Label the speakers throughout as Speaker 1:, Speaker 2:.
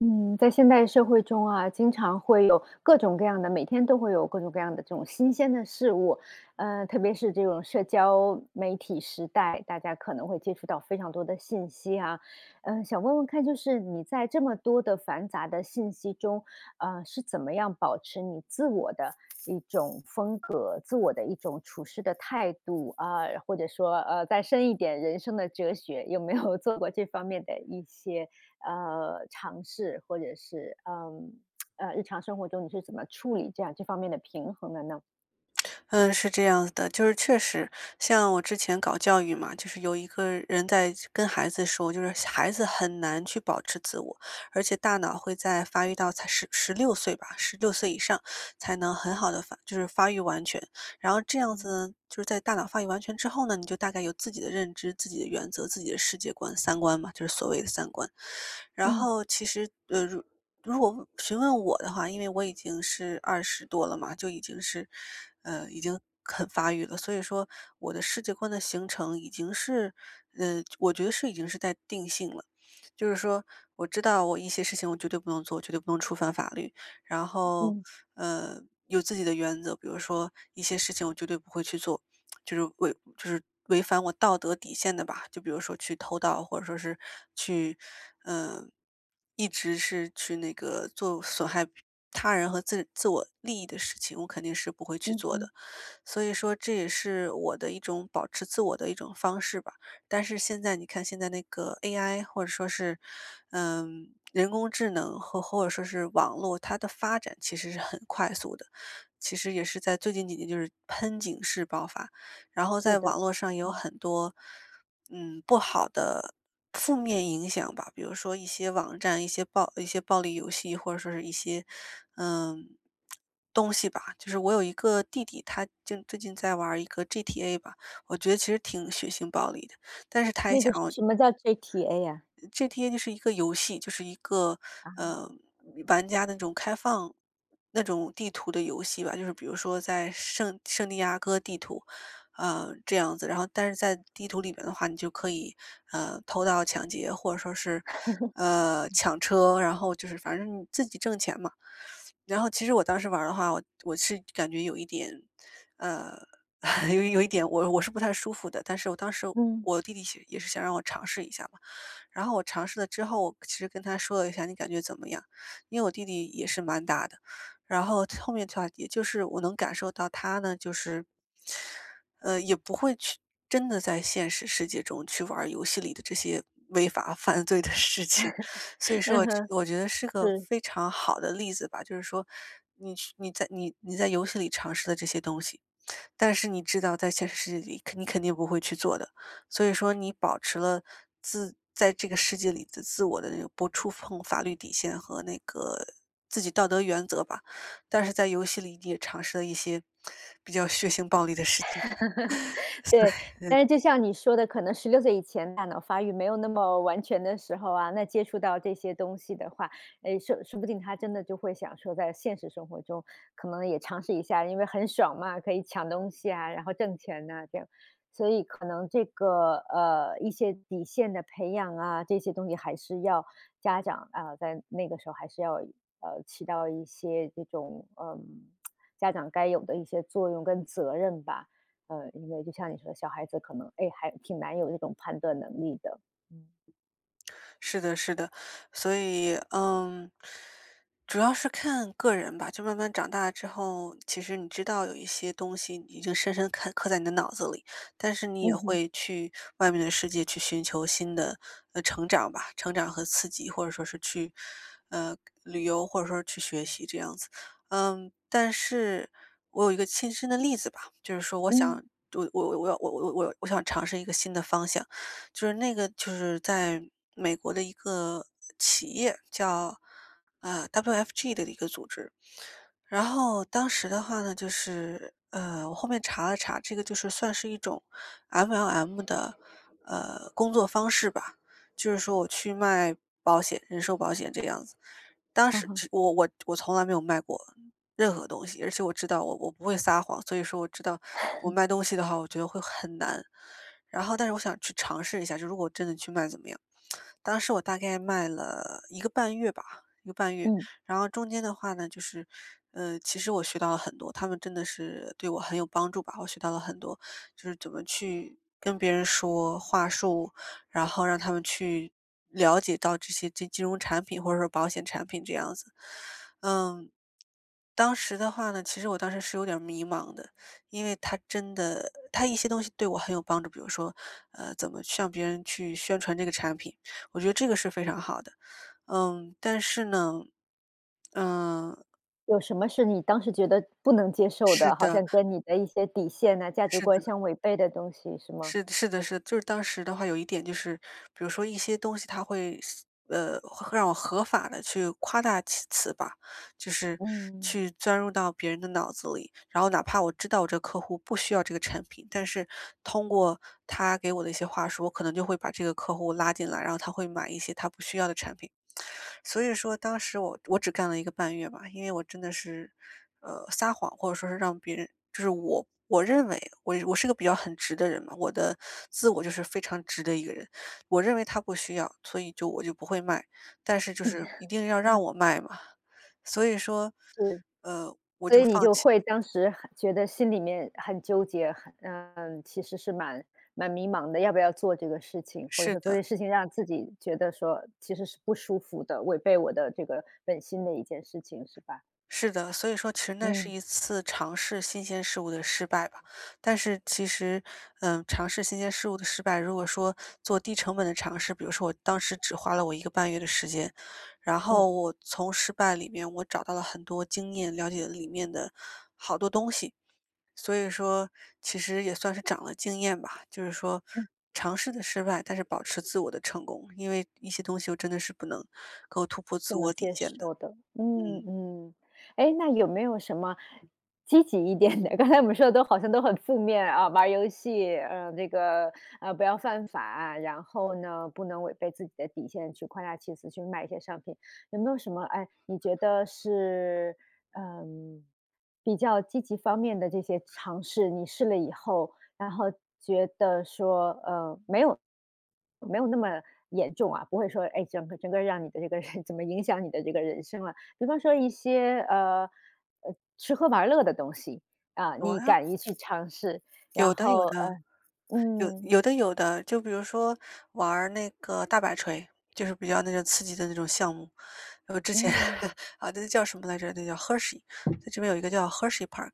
Speaker 1: 嗯，在现代社会中啊，经常会有各种各样的，每天都会有各种各样的这种新鲜的事物，特别是这种社交媒体时代，大家可能会接触到非常多的信息啊，想问问看，就是你在这么多的繁杂的信息中，是怎么样保持你自我的一种风格、自我的一种处事的态度啊、或者说再深一点人生的哲学，有没有做过这方面的一些尝试，或者是日常生活中你是怎么处理这样这方面的平衡的呢？
Speaker 2: 嗯，是这样子的，就是确实，像我之前搞教育嘛，就是有一个人在跟孩子说，就是孩子很难去保持自我，而且大脑会在发育到才十六岁吧，十六岁以上才能很好的发，就是发育完全。然后这样子呢，就是在大脑发育完全之后呢，你就大概有自己的认知、自己的原则、自己的世界观、三观嘛，就是所谓的三观。然
Speaker 1: 嗯
Speaker 2: 后其实，如果询问我的话，因为我已经是二十多了嘛，就已经是，已经很发育了，所以说我的世界观的形成已经是，我觉得是已经是在定性了。就是说，我知道我一些事情我绝对不能做，绝对不能触犯法律，然后，
Speaker 1: 嗯
Speaker 2: 呃，有自己的原则，比如说一些事情我绝对不会去做，就是违反我道德底线的吧，就比如说去偷盗，或者说是去，嗯，呃一直是去那个做损害他人和自我利益的事情，我肯定是不会去
Speaker 1: 嗯
Speaker 2: 做
Speaker 1: 嗯，
Speaker 2: 的。所以说这也是我的一种保持自我的一种方式吧。但是现在你看，现在那个 AI 或者说是，嗯，人工智能和或者说是网络，它的发展其实是很快速的，其实也是在最近几年就是喷井式爆发。然后
Speaker 1: 是
Speaker 2: 在网
Speaker 1: 的，
Speaker 2: 络上也有
Speaker 1: 嗯
Speaker 2: 很多，嗯，不好的负面影响吧，比如说一些网站、一些暴力游戏，或者说是一些，嗯，东西吧。就是我有一个弟弟，他就最近在玩一个 GTA 吧，我觉得其实挺血腥暴力的，但是他也
Speaker 1: 那
Speaker 2: 想
Speaker 1: 个是
Speaker 2: 要。
Speaker 1: 什么叫 JTA 呀、
Speaker 2: GTA 就是一个游戏，就是一个呃玩家的那种开放那种地图的游戏吧，就是比如说在圣地亚哥地图，这样子，然后但是在地图里面的话，你就可以偷盗、抢劫，或者说是抢车，然后就是反正你自己挣钱嘛。然后其实我当时玩儿的话，我是感觉有一点呃 有一点我是不太舒服的，但是我当时
Speaker 1: 嗯
Speaker 2: 我弟弟是也是想让我尝试一下嘛。然后我尝试了之后，我其实跟他说了一下，你感觉怎么样？因为我弟弟也是蛮大的，然后后面的话，也就是我能感受到他呢，就是，也不会去真的在现实世界中去玩儿游戏里的这些违法 犯罪的事情，所以说
Speaker 1: 嗯
Speaker 2: 我
Speaker 1: 哼，
Speaker 2: 我觉得是个
Speaker 1: 是
Speaker 2: 非常好的例子吧，就是说你去你在你你在游戏里尝试的这些东西，但是你知道在现实世界里，你肯定不会去做的。所以说你保持了自在这个世界里的自我的那个不触碰法律底线和那个自己道德原则吧，但是在游戏里你也尝试了一些比较血腥暴力的事情。
Speaker 1: 对，但是就像你说的，可能16岁以前大脑发育没有那么完全的时候啊，那接触到这些东西的话，诶，说说不定他真的就会想说在现实生活中可能也尝试一下，因为很爽嘛，可以抢东西啊，然后挣钱呐，这样。所以可能这个，一些底线的培养啊，这些东西还是要家长啊，在那个时候还是要，起到一些这种，家长该有的一些作用跟责任吧。因为就像你说的，小孩子可能，哎，还挺难有这种判断能力的。嗯。
Speaker 2: 是的，是的，所以，嗯，主要是看个人吧。就慢慢长大之后，其实你知道有一些东西已经深深刻刻在你的脑子里，但是你也
Speaker 1: 嗯哼，
Speaker 2: 会去外面的世界去寻求新的成长吧，成长和刺激，或者说是去呃旅游，或者说去学习这样子。嗯，但是我有一个亲身的例子吧，就是说，我
Speaker 1: 嗯，
Speaker 2: 想，我想尝试一个新的方向。就是那个就是在美国的一个企业叫，WFG 的一个组织。然后当时的话呢，就是我后面查了查，这个就是算是一种 MLM 的工作方式吧，就是说我去卖保险，人寿保险这样子。当
Speaker 1: 好
Speaker 2: 时
Speaker 1: 好
Speaker 2: 只我从来没有卖过任何东西，而且我知道我不会撒谎，所以说我知道我卖东西的话，我觉得会很难。然后但是我想去尝试一下，就如果真的去卖怎么样？当时我大概卖了一个半月。
Speaker 1: 嗯，
Speaker 2: 然后中间的话呢，就是，其实我学到了很多，他们真的是对我很有帮助吧，我学到了很多，就是怎么去跟别人说话术，然后让他们去了解到这些金融产品或者说保险产品这样子。嗯，当时的话呢，其实我当时是有点儿迷茫的，因为他真的他一些东西对我很有帮助，比如说，怎么向别人去宣传这个产品，我觉得这个是非常好的。嗯，但是呢，嗯，
Speaker 1: 有什么是你当时觉得不能接受的，
Speaker 2: 是
Speaker 1: 好
Speaker 2: 的，
Speaker 1: 像跟你的一些底线啊、价值
Speaker 2: 是
Speaker 1: 观
Speaker 2: 的。
Speaker 1: 相违背的东西是吗？
Speaker 2: 是的，就是当时的话有一点就是，比如说一些东西他会会让我合法的去夸大其词吧，就是
Speaker 1: 嗯，
Speaker 2: 去钻入到别人的脑子里，然后哪怕我知道我这个客户不需要这个产品，但是通过他给我的一些话术，我可能就会把这个客户拉进来，然后他会买一些他不需要的产品。所以说当时我只干了一个半月吧，因为我真的是，撒谎或者说是让别人就是我认为我是个比较很直的人嘛，我的自我就是非常直的一个人，我认为他不需要，所以就我就不会卖，但是就是一定要
Speaker 1: 嗯，
Speaker 2: 让我卖嘛，所以说，
Speaker 1: 是，
Speaker 2: 我
Speaker 1: 所
Speaker 2: 就
Speaker 1: 以你
Speaker 2: 放
Speaker 1: 就
Speaker 2: 弃。
Speaker 1: 会当时很觉得心里面很纠结，很其实是蛮迷茫的，要不要做这个事情，或者
Speaker 2: 是
Speaker 1: 说做这
Speaker 2: 的。
Speaker 1: 事情让自己觉得说其实是不舒服的，违背我的这个本心的一件事情，是吧？
Speaker 2: 是的，所以说其实那是
Speaker 1: 嗯
Speaker 2: 一次尝试新鲜事物的失败吧。但是其实，嗯，尝试新鲜事物的失败，如果说做低成本的尝试，比如说我当时只花了我一个半月的时间，然
Speaker 1: 嗯。
Speaker 2: 后我从失败里面我找到了很多经验，了解了里面的好多东西。所以说，其实也算是长了经验吧。就是说，
Speaker 1: 嗯，
Speaker 2: 尝试的失败，但是保持自我的成功，因为一些东西我真的是不能够突破自
Speaker 1: 不能
Speaker 2: 我底
Speaker 1: 接
Speaker 2: 线的。
Speaker 1: 受的，嗯
Speaker 2: 嗯，
Speaker 1: 嗯。哎，那有没有什么积极一点的？刚才我们说的都好像都很负面啊，玩儿游戏，这个，不要犯法，然后呢，不能违背自己的底线去夸大其词去卖一些商品。有没有什么，哎，你觉得是，嗯，比较积极方面的这些尝试，你试了以后，然后觉得说，没有那么严重啊，不会说，哎，整个让你的这个人 怎么影响你的这个人生了。比方说一些吃喝玩乐的东西啊，
Speaker 2: 我
Speaker 1: 你
Speaker 2: 呀。
Speaker 1: 敢于去尝试，然
Speaker 2: 有的有
Speaker 1: 后
Speaker 2: 的，有
Speaker 1: 嗯
Speaker 2: 有的有的，就比如说玩儿那个大摆锤，就是比较那种刺激的那种项目。我之前
Speaker 1: 嗯
Speaker 2: 啊，那叫什么来着？那叫 Hershey，在这边有一个叫 Hershey Park，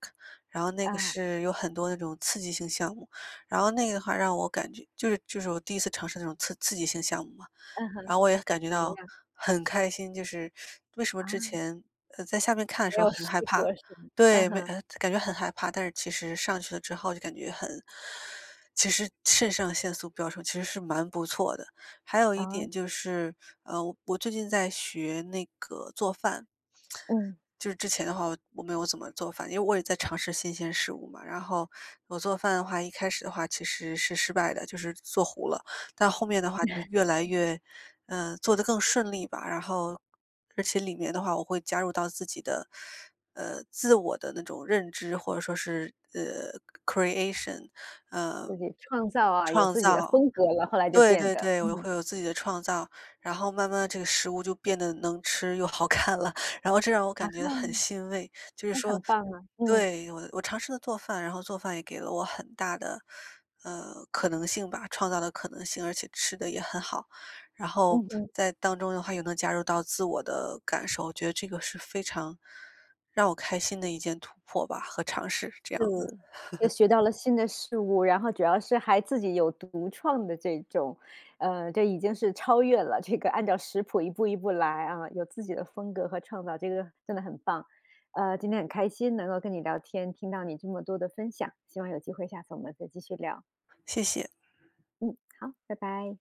Speaker 2: 然后那个
Speaker 1: 啊
Speaker 2: 是有很多那种刺激性项目，然后那个的话让我感觉就是我第一次尝试那种刺激性项目嘛，
Speaker 1: 嗯
Speaker 2: 然
Speaker 1: 哼，
Speaker 2: 后我也感觉
Speaker 1: 怎么
Speaker 2: 到
Speaker 1: 样
Speaker 2: 很开心，就是为什么
Speaker 1: 啊？
Speaker 2: 之前，在下面看的
Speaker 1: 没
Speaker 2: 时候
Speaker 1: 有
Speaker 2: 很
Speaker 1: 试
Speaker 2: 害怕，
Speaker 1: 过是吗？嗯
Speaker 2: 对，没，
Speaker 1: 哼
Speaker 2: 感觉很害怕，但是其实上去了之后就感觉很，其实肾上腺素飙升其实是蛮不错的。还有
Speaker 1: 啊
Speaker 2: 一点就是，我最近在学那个做饭，
Speaker 1: 嗯，
Speaker 2: 就是之前的话，我没有怎么做饭，因为我也在尝试新鲜事物嘛。然后我做饭的话，一开始的话其实是失败的，就是做糊了。但后面的话就 越来越，嗯、做得更顺利吧。然后，而且里面的话，我会加入到自己的，自我的那种认知，或者说是，creation，
Speaker 1: 自
Speaker 2: 嗯，
Speaker 1: 己创造啊，有
Speaker 2: 创
Speaker 1: 自己的
Speaker 2: 造，
Speaker 1: 风格了，后来就
Speaker 2: 对
Speaker 1: 变
Speaker 2: 对
Speaker 1: 得
Speaker 2: 对，我会有自己的创造，然后慢慢地这个食物就变得能吃又好看了，然后这让我
Speaker 1: 啊，
Speaker 2: 感觉很欣慰。就是
Speaker 1: 那很
Speaker 2: 说，
Speaker 1: 棒啊，嗯
Speaker 2: 对，我我尝试了做饭，然后做饭也给了我很大的，可能性吧，创造的可能性，而且吃的也很好。然
Speaker 1: 嗯
Speaker 2: 后
Speaker 1: 嗯。
Speaker 2: 在当中的话，又能加入到自我的感受，我觉得这个是非常让我开心的一件突破吧和尝试，这
Speaker 1: 对，
Speaker 2: 样子，
Speaker 1: 又学到了新的事物，然后主要是还自己有独创的这种，这已经是超越了这个按照食谱一步一步来啊，有自己的风格和创造，这个真的很棒。今天很开心能够跟你聊天，听到你这么多的分享，希望有机会下次我们再继续聊。
Speaker 2: 谢谢。
Speaker 1: 嗯，好，拜拜。